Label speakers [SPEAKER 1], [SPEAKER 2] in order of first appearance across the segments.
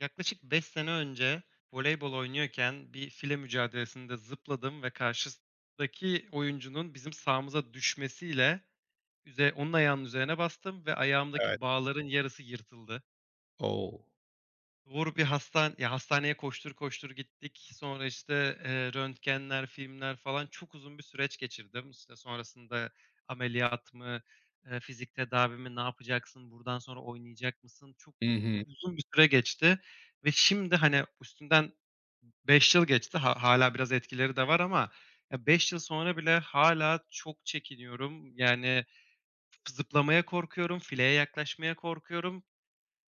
[SPEAKER 1] Yaklaşık 5 sene önce voleybol oynuyorken bir file mücadelesinde zıpladım ve karşıdaki oyuncunun bizim sahamıza düşmesiyle onun ayağının üzerine bastım ve
[SPEAKER 2] Evet.
[SPEAKER 1] ayağımdaki bağların yarısı yırtıldı.
[SPEAKER 2] O!
[SPEAKER 1] Hastaneye koştur koştur gittik. Sonra, işte, röntgenler, filmler falan çok uzun bir süreç geçirdim. İşte, sonrasında ameliyat mı, fizik tedavi mi, ne yapacaksın, buradan sonra oynayacak mısın? Çok
[SPEAKER 2] Hı hı.
[SPEAKER 1] uzun bir süre geçti ve şimdi, hani, üstünden 5 yıl geçti. Ha Hâlâ biraz etkileri de var ama 5 yıl sonra bile hala çok çekiniyorum. Yani, zıplamaya korkuyorum, fileye yaklaşmaya korkuyorum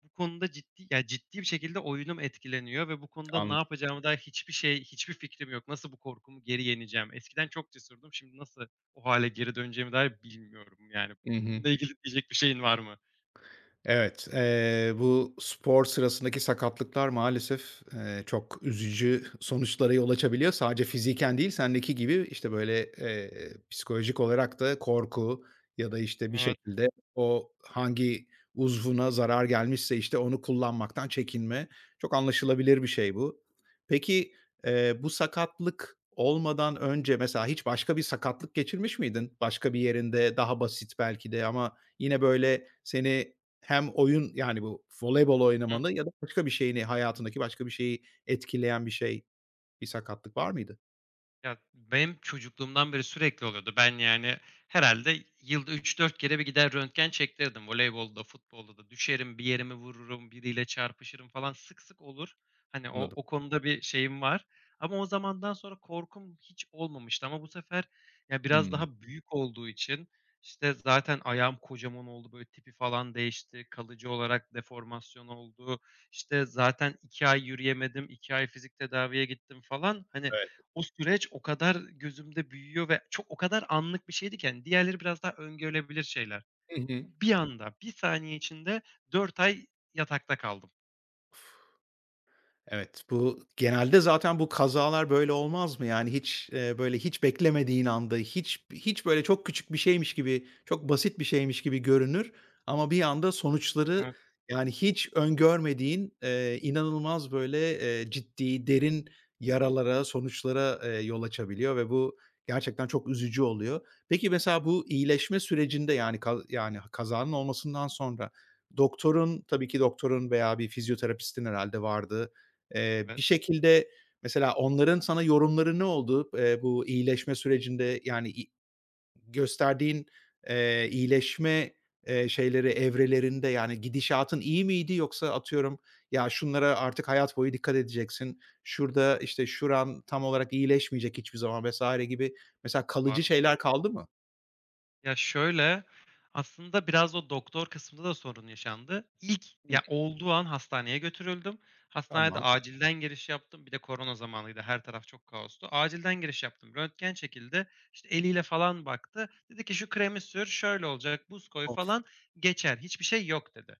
[SPEAKER 1] bu konuda ciddi bir şekilde oyunum etkileniyor ve bu konuda ne
[SPEAKER 2] Anladım.
[SPEAKER 1] yapacağıma dair hiçbir fikrim yok. Nasıl bu korkumu geri yeneceğim? Eskiden çok cesurdum. Şimdi nasıl o hale geri döneceğime dair bilmiyorum yani.
[SPEAKER 2] Hı hı.
[SPEAKER 1] Bununla ilgili diyecek bir şeyin var mı?
[SPEAKER 2] Evet, bu spor sırasındaki sakatlıklar maalesef, çok üzücü sonuçlara yol açabiliyor. Sadece fiziken değil, sendeki gibi, işte, böyle, psikolojik olarak da korku ya da, işte, bir
[SPEAKER 1] Evet.
[SPEAKER 2] şekilde o hangi uzvuna zarar gelmişse, işte, onu kullanmaktan çekinme. Çok anlaşılabilir bir şey bu. Peki, bu sakatlık olmadan önce mesela hiç başka bir sakatlık geçirmiş miydin? Başka bir yerinde, daha basit belki de ama yine, böyle, seni hem oyun, yani, bu voleybol
[SPEAKER 1] Hı hı.
[SPEAKER 2] oynamanı ya da başka bir şeyini, hayatındaki başka bir şeyi etkileyen bir şey, bir sakatlık var mıydı?
[SPEAKER 1] Ya, benim çocukluğumdan beri sürekli oluyordu. Ben, yani, herhalde yılda 3-4 kere bir gider röntgen çektirirdim. Voleybolda, futbolda da düşerim, bir yerimi vururum, biriyle çarpışırım falan sık sık olur. Hani, o
[SPEAKER 2] Anladım.
[SPEAKER 1] o konuda bir şeyim var ama o zamandan sonra korkum hiç olmamıştı ama bu sefer, ya, biraz
[SPEAKER 2] Hımm.
[SPEAKER 1] daha büyük olduğu için, işte, zaten ayağım kocaman oldu, böyle, tipi falan değişti, kalıcı olarak deformasyon oldu. İşte, zaten 2 ay yürüyemedim, 2 ay fizik tedaviye gittim falan. Hani,
[SPEAKER 2] Evet.
[SPEAKER 1] o süreç o kadar gözümde büyüyor ve çok o kadar anlık bir şeydi ki, hani, diğerleri biraz daha öngörülebilir şeyler.
[SPEAKER 2] Hı hı.
[SPEAKER 1] Bu bir anda, 1 saniye içinde 4 ay yatakta kaldım.
[SPEAKER 2] Evet, bu genelde zaten bu kazalar böyle olmaz mı? Yani hiç, böyle hiç beklemediğin anda, hiç böyle çok küçük bir şeymiş gibi, çok basit bir şeymiş gibi görünür ama bir anda sonuçları,
[SPEAKER 1] Evet.
[SPEAKER 2] yani hiç öngörmediğin, inanılmaz böyle, ciddi, derin yaralara, sonuçlara, yol açabiliyor ve bu gerçekten çok üzücü oluyor. Peki mesela bu iyileşme sürecinde, yani yani kazanın olmasından sonra
[SPEAKER 1] Hı hı.
[SPEAKER 2] doktorun, tabii ki doktorun veya bir fizyoterapistin herhalde vardı. Bir
[SPEAKER 1] Evet.
[SPEAKER 2] şekilde mesela onların sana yorumları ne oldu? Bu iyileşme sürecinde, yani, gösterdiğin, iyileşme, şeyleri evrelerinde, yani, gidişatın iyi miydi yoksa atıyorum, "Ya, şunlara artık hayat boyu dikkat edeceksin. Şurada, işte, şuran tam olarak iyileşmeyecek hiçbir zaman." vs. gibi mesela
[SPEAKER 1] Var.
[SPEAKER 2] kalıcı şeyler kaldı mı?
[SPEAKER 1] Ya, şöyle, aslında biraz o doktor kısmında da sorun yaşandı. İlk,
[SPEAKER 2] Hıı.
[SPEAKER 1] ya, olduğu an hastaneye götürüldüm. Hastanede
[SPEAKER 2] Tamam.
[SPEAKER 1] acilden giriş yaptım. Bir de korona zamanıydı, her taraf çok kaostu. Acilden giriş yaptım. Röntgen çekildi. İşte, eliyle falan baktı. Dedi ki, "Şu kremi sür, şöyle olacak, buz koy
[SPEAKER 2] Of.
[SPEAKER 1] falan, geçer. Hiçbir şey yok." dedi.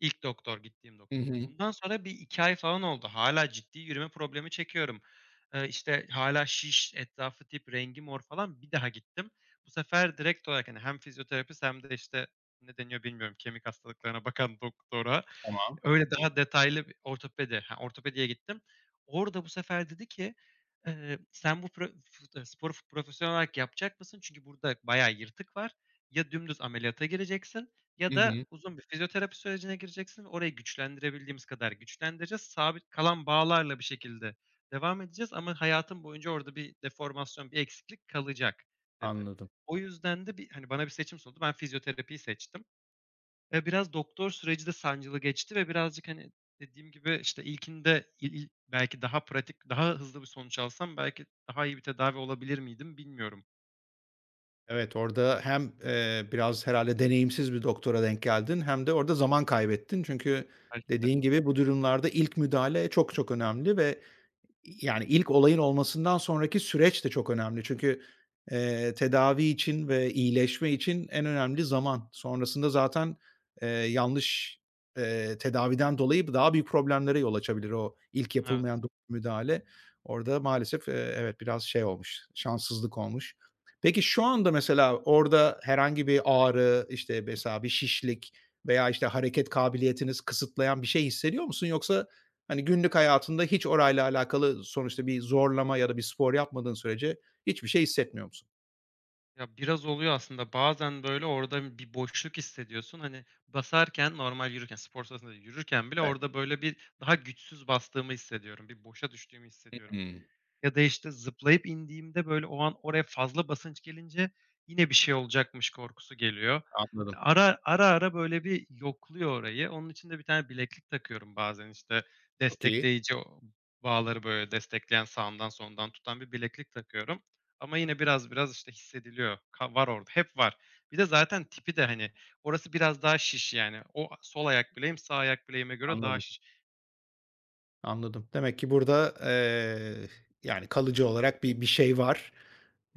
[SPEAKER 1] İlk doktor, gittiğim
[SPEAKER 2] Hı
[SPEAKER 1] doktor.
[SPEAKER 2] hı.
[SPEAKER 1] Bundan sonra bir 2 ay falan oldu. Hâlâ ciddi yürüme problemi çekiyorum. İşte, hâlâ şiş, etrafı tip, rengi mor falan. Bir daha gittim. Bu sefer direkt olarak, hani, hem fizyoterapist hem de, işte, ne deniyor bilmiyorum, kemik hastalıklarına bakan doktora,
[SPEAKER 2] Tamam.
[SPEAKER 1] öyle daha detaylı bir ortopedi, ha, ortopediye gittim. Orada bu sefer dedi ki, "Sen bu pro fut sporu profesyonel olarak yapacak mısın? Çünkü burada bayağı yırtık var. Ya dümdüz ameliyata gireceksin
[SPEAKER 2] Hı
[SPEAKER 1] ya
[SPEAKER 2] hı.
[SPEAKER 1] da uzun bir fizyoterapi sürecine gireceksin. Orayı güçlendirebildiğimiz kadar güçlendireceğiz. Sabit kalan bağlarla bir şekilde devam edeceğiz ama hayatım boyunca orada bir deformasyon, bir eksiklik kalacak," dedi.
[SPEAKER 2] Anladım.
[SPEAKER 1] O yüzden de bir, hani, bana bir seçim sundu. Ben fizyoterapiyi seçtim. Biraz doktor süreci de sancılı geçti ve birazcık, hani, dediğim gibi, işte, ilkinde il il belki daha pratik, daha hızlı bir sonuç alsam belki daha iyi bir tedavi olabilir miydim bilmiyorum.
[SPEAKER 2] Evet, orada hem, biraz herhalde deneyimsiz bir doktora denk geldin hem de orada zaman kaybettin. Çünkü
[SPEAKER 1] Belki de.
[SPEAKER 2] dediğin gibi bu durumlarda ilk müdahale çok çok önemli ve yani, ilk olayın olmasından sonraki süreç de çok önemli. Çünkü, tedavi için ve iyileşme için en önemli zaman. Sonrasında zaten, yanlış, tedaviden dolayı daha büyük problemlere yol açabilir o ilk yapılmayan
[SPEAKER 1] Evet.
[SPEAKER 2] müdahale. Orada maalesef, evet, biraz şey olmuş, şanssızlık olmuş. Peki, şu anda mesela orada herhangi bir ağrı, işte, mesela bir şişlik veya, işte, hareket kabiliyetiniz kısıtlayan bir şey hissediyor musun? Yoksa hani günlük hayatında hiç orayla alakalı sonuçta bir zorlama ya da bir spor yapmadığın sürece hiçbir şey hissetmiyor musun?
[SPEAKER 1] Ya, biraz oluyor aslında. Bazen, böyle, orada bir boşluk hissediyorsun. Hani, basarken normal yürürken, spor sırasında yürürken bile
[SPEAKER 2] Evet.
[SPEAKER 1] orada, böyle, bir daha güçsüz bastığımı hissediyorum. Bir boşa düştüğümü hissediyorum.
[SPEAKER 2] Hımm.
[SPEAKER 1] Ya da, işte, zıplayıp indiğimde, böyle, o an oraya fazla basınç gelince yine bir şey olacakmış korkusu geliyor.
[SPEAKER 2] Anladım.
[SPEAKER 1] Hani, ara ara, böyle, bir yokluyor orayı. Onun için de bir tane bileklik takıyorum bazen, işte,
[SPEAKER 2] Çok iyi.
[SPEAKER 1] destekleyici o bağları, böyle, destekleyen sağımdan solumdan tutan bir bileklik takıyorum ama yine biraz biraz, işte, hissediliyor. Var orada, hep var. Bir de zaten tipi de, hani, orası biraz daha şiş, yani. O sol ayak bileğim sağ ayak bileğime göre daha
[SPEAKER 2] Anladım.
[SPEAKER 1] şiş.
[SPEAKER 2] Anladım. Demek ki burada, yani, kalıcı olarak bir şey var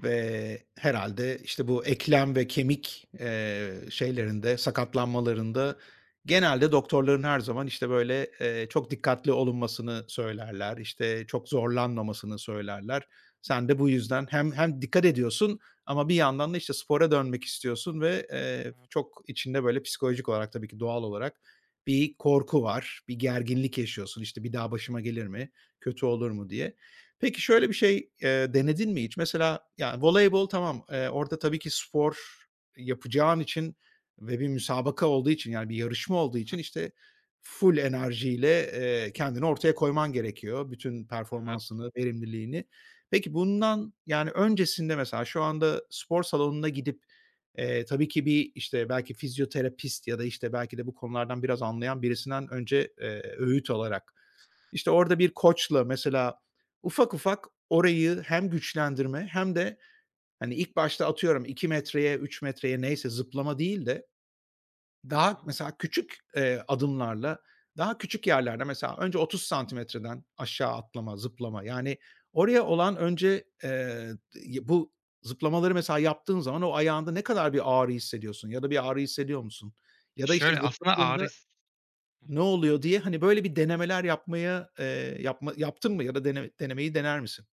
[SPEAKER 2] ve herhalde işte, bu eklem ve kemik, şeylerinde, sakatlanmalarında genelde doktorların her zaman, işte, böyle, çok dikkatli olunmasını söylerler, işte, çok zorlanmamasını söylerler. Sen de bu yüzden hem dikkat ediyorsun ama bir yandan da, işte, spora dönmek istiyorsun ve,
[SPEAKER 1] Evet.
[SPEAKER 2] çok içinde, böyle, psikolojik olarak tabii ki doğal olarak bir korku var, bir gerginlik yaşıyorsun, işte, "Bir daha başıma gelir mi, kötü olur mu?" diye. Peki, şöyle bir şey, denedin mi hiç? Mesela, ya, voleybol tamam, orada tabii ki spor yapacağın için ve bir müsabaka olduğu için, yani, bir yarışma olduğu
[SPEAKER 1] Hı.
[SPEAKER 2] için, işte, full enerjiyle, kendini ortaya koyman gerekiyor. Bütün
[SPEAKER 1] Evet.
[SPEAKER 2] performansını, verimliliğini. Peki, bundan, yani, öncesinde mesela şu anda spor salonuna gidip. Tabii ki bir, işte, belki fizyoterapist ya da, işte, belki de bu konulardan biraz anlayan birisinden önce, öğüt alarak, işte, orada bir koçla mesela ufak ufak orayı hem güçlendirme hem de, hani, ilk başta atıyorum 2 metreye, 3 metreye neyse zıplama değil de
[SPEAKER 1] Hı
[SPEAKER 2] daha
[SPEAKER 1] hı.
[SPEAKER 2] mesela küçük, adımlarla daha küçük yerlerde mesela önce 30 santimetreden aşağı atlama, zıplama, yani, oraya olan önce, bu zıplamaları mesela yaptığın zaman o ayağında ne kadar bir ağrı hissediyorsun ya da bir ağrı hissediyor musun?
[SPEAKER 1] E,
[SPEAKER 2] Ya da, işte,
[SPEAKER 1] şöyle aslında
[SPEAKER 2] zıpladığında
[SPEAKER 1] ağrı his
[SPEAKER 2] ne oluyor diye, hani, böyle bir denemeler yapmaya, yaptın mı ya da denemeyi dener misin?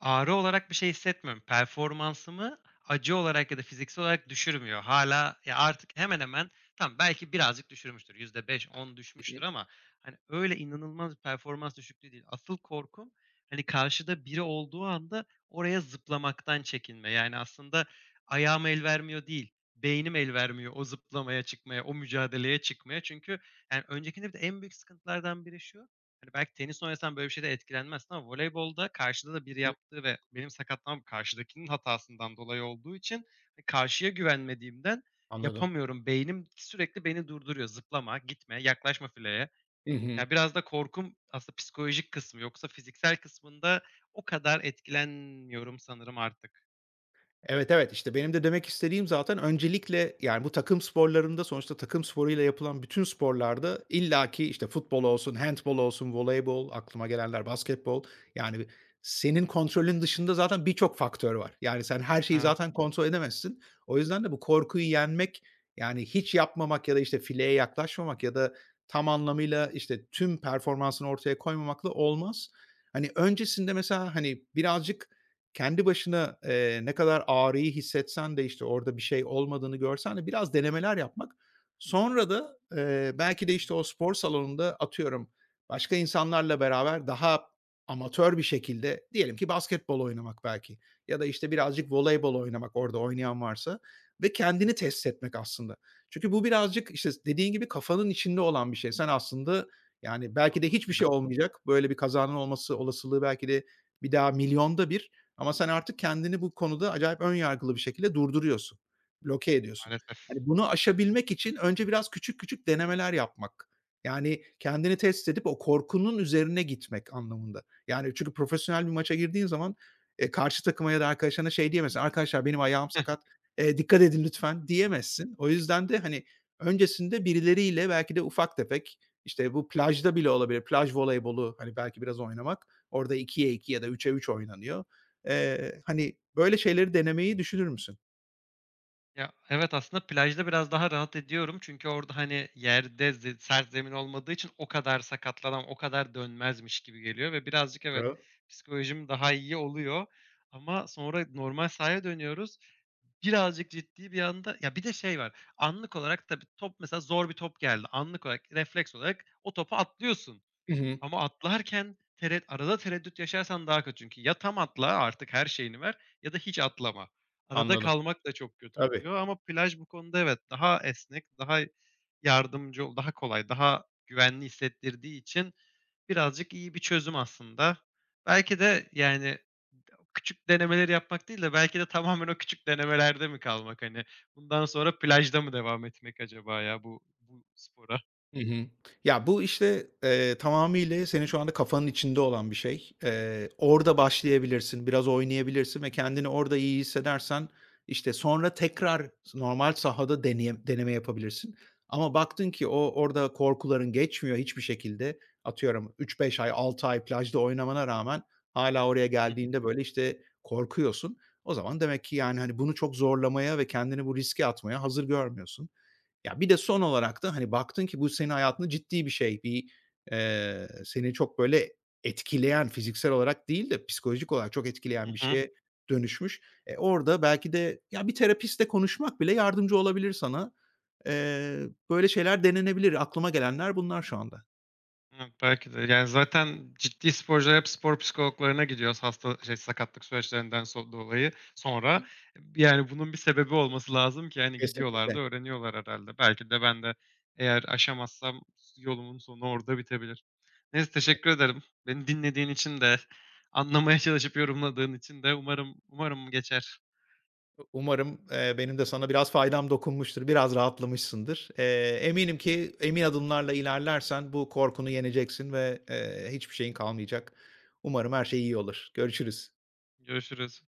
[SPEAKER 1] Ağrı olarak bir şey hissetmiyorum. Performansımı acı olarak ya da fiziksel olarak düşürmüyor. Hâlâ, ya, artık hemen hemen tamam, belki birazcık düşürmüştür. %5-10 düşmüştür ama, hani, öyle inanılmaz bir performans düşüklüğü değil. Asıl korkum, hani, karşıda biri olduğu anda oraya zıplamaktan çekinme. Yani, aslında ayağım el vermiyor değil, beynim el vermiyor o zıplamaya, çıkmaya, o mücadeleye çıkmaya. Çünkü, yani, öncekinde bir de en büyük sıkıntılardan biri şu: Hani, belki tenis oynasan böyle bir şeyden etkilenmezsin ama voleybolda karşıda da biri
[SPEAKER 2] Hı,
[SPEAKER 1] yaptığı ve benim sakatlanmam karşıdakinin hatasından dolayı olduğu için, karşıya güvenmediğimden
[SPEAKER 2] anladım.
[SPEAKER 1] yapamıyorum. Beynim sürekli beni durduruyor. Zıplama, gitme, yaklaşma fileye.
[SPEAKER 2] Hı hı.
[SPEAKER 1] Ya, biraz da korkum aslında psikolojik kısmı. Yoksa fiziksel kısmında o kadar etkilenmiyorum sanırım artık.
[SPEAKER 2] Evet, evet, işte benim de demek istediğim zaten öncelikle, yani, bu takım sporlarında sonuçta takım sporuyla yapılan bütün sporlarda illaki, işte, futbol olsun, handbol olsun, voleybol, aklıma gelenler basketbol, yani, senin kontrolün dışında zaten birçok faktör var. Yani, sen her şeyi
[SPEAKER 1] Evet,
[SPEAKER 2] zaten kontrol edemezsin. O yüzden de bu korkuyu yenmek, yani, hiç yapmamak ya da, işte, fileye yaklaşmamak ya da tam anlamıyla, işte, tüm performansını ortaya koymamakla olmaz. Hani, öncesinde mesela, hani, birazcık kendi başına, ne kadar ağrıyı hissetsen de, işte, orada bir şey olmadığını görsen de biraz denemeler yapmak, sonra da, belki de, işte, o spor salonunda atıyorum başka insanlarla beraber daha amatör bir şekilde diyelim ki basketbol oynamak belki ya da, işte, birazcık voleybol oynamak orada oynayan varsa ve kendini test etmek aslında. Çünkü bu birazcık, işte, dediğin gibi kafanın içinde olan bir şey. Sen aslında, yani, belki de hiçbir
[SPEAKER 1] fazlasıyla
[SPEAKER 2] şey olmayacak. Böyle bir kazanın olması olasılığı belki de bir daha milyonda bir ama sen artık kendini bu konuda acayip ön yargılı bir şekilde durduruyorsun, bloke ediyorsun.
[SPEAKER 1] maalesef.
[SPEAKER 2] Hani, bunu aşabilmek için önce biraz küçük küçük denemeler yapmak. Yani, kendini test edip o korkunun üzerine gitmek anlamında. Yani, çünkü profesyonel bir maça girdiğin zaman, karşı takıma ya da arkadaşlarına şey diyemezsin, "Arkadaşlar benim ayağım sakat, dikkat edin lütfen." diyemezsin. O yüzden de, hani, öncesinde birileriyle belki de ufak tefek, işte, bu plajda bile olabilir, plaj voleybolu, hani, belki biraz oynamak. Orada ikiye 2 ya da 3'e 3 oynanıyor. Hani, böyle şeyleri denemeyi düşünür müsün?
[SPEAKER 1] Ya, evet, aslında plajda biraz daha rahat ediyorum çünkü orada, hani, yerde sert zemin olmadığı için o kadar sakatlanan, o kadar dönmezmiş gibi geliyor ve birazcık evet,
[SPEAKER 2] Bravo.
[SPEAKER 1] psikolojim daha iyi oluyor ama sonra normal sahaya dönüyoruz. Birazcık ciddi bir anda. Ya, bir de şey var, anlık olarak tabii top mesela zor bir top geldi. Anlık olarak, refleks olarak o topa atlıyorsun.
[SPEAKER 2] Hı hı.
[SPEAKER 1] Ama atlarken arada tereddüt yaşarsan daha kötü çünkü ya tam atla artık her şeyini ver ya da hiç atlama. Arada
[SPEAKER 2] Anladım.
[SPEAKER 1] kalmak da çok kötü
[SPEAKER 2] Tabii.
[SPEAKER 1] oluyor ama plaj bu konuda evet, daha esnek, daha yardımcı ol daha kolay, daha güvenli hissettirdiği için birazcık iyi bir çözüm aslında. Belki de, yani, küçük denemeleri yapmak değil de belki de tamamen o küçük denemelerde mi kalmak, hani, bundan sonra plajda mı devam etmek acaba ya bu spora?
[SPEAKER 2] Hı hı. Ya, bu, işte, tamamıyla senin şu anda kafanın içinde olan bir şey. Orada başlayabilirsin, biraz oynayabilirsin ve kendini orada iyi hissedersen, işte, sonra tekrar normal sahada deneme yapabilirsin ama baktın ki o orada korkuların geçmiyor hiçbir şekilde. Atıyorum üç beş ay, 6 ay plajda oynamana rağmen hala oraya geldiğinde, böyle, işte, korkuyorsun. O zaman demek ki, yani, hani, bunu çok zorlamaya ve kendini bu riske atmaya hazır görmüyorsun. Ya, bir de son olarak da, hani, baktın ki bu senin hayatında ciddi bir şey, bir, seni çok böyle etkileyen, fiziksel olarak değil de psikolojik olarak çok etkileyen bir şeye dönüşmüş. Orada belki de, ya, bir terapistle konuşmak bile yardımcı olabilir sana. Eee, böyle şeyler denenebilir. Aklıma gelenler bunlar şu anda.
[SPEAKER 1] Evet, belki de. Yani, zaten ciddi sporcular hep spor psikologlarına gidiyoruz sakatlık süreçlerinden dolayı sonra. Yani, bunun bir sebebi olması lazım ki, yani gidiyorlar
[SPEAKER 2] Kesinlikle.
[SPEAKER 1] da öğreniyorlar herhalde. Belki de ben de eğer aşamazsam yolumun sonu orada bitebilir. Neyse, teşekkür ederim. Beni dinlediğin için de, anlamaya çalışıp yorumladığın için de umarım geçer.
[SPEAKER 2] Umarım, benim de sana biraz faydam dokunmuştur, biraz rahatlamışsındır. Eminim ki emin adımlarla ilerlersen bu korkunu yeneceksin ve, hiçbir şeyin kalmayacak. Umarım her şey iyi olur. Görüşürüz.
[SPEAKER 1] Görüşürüz.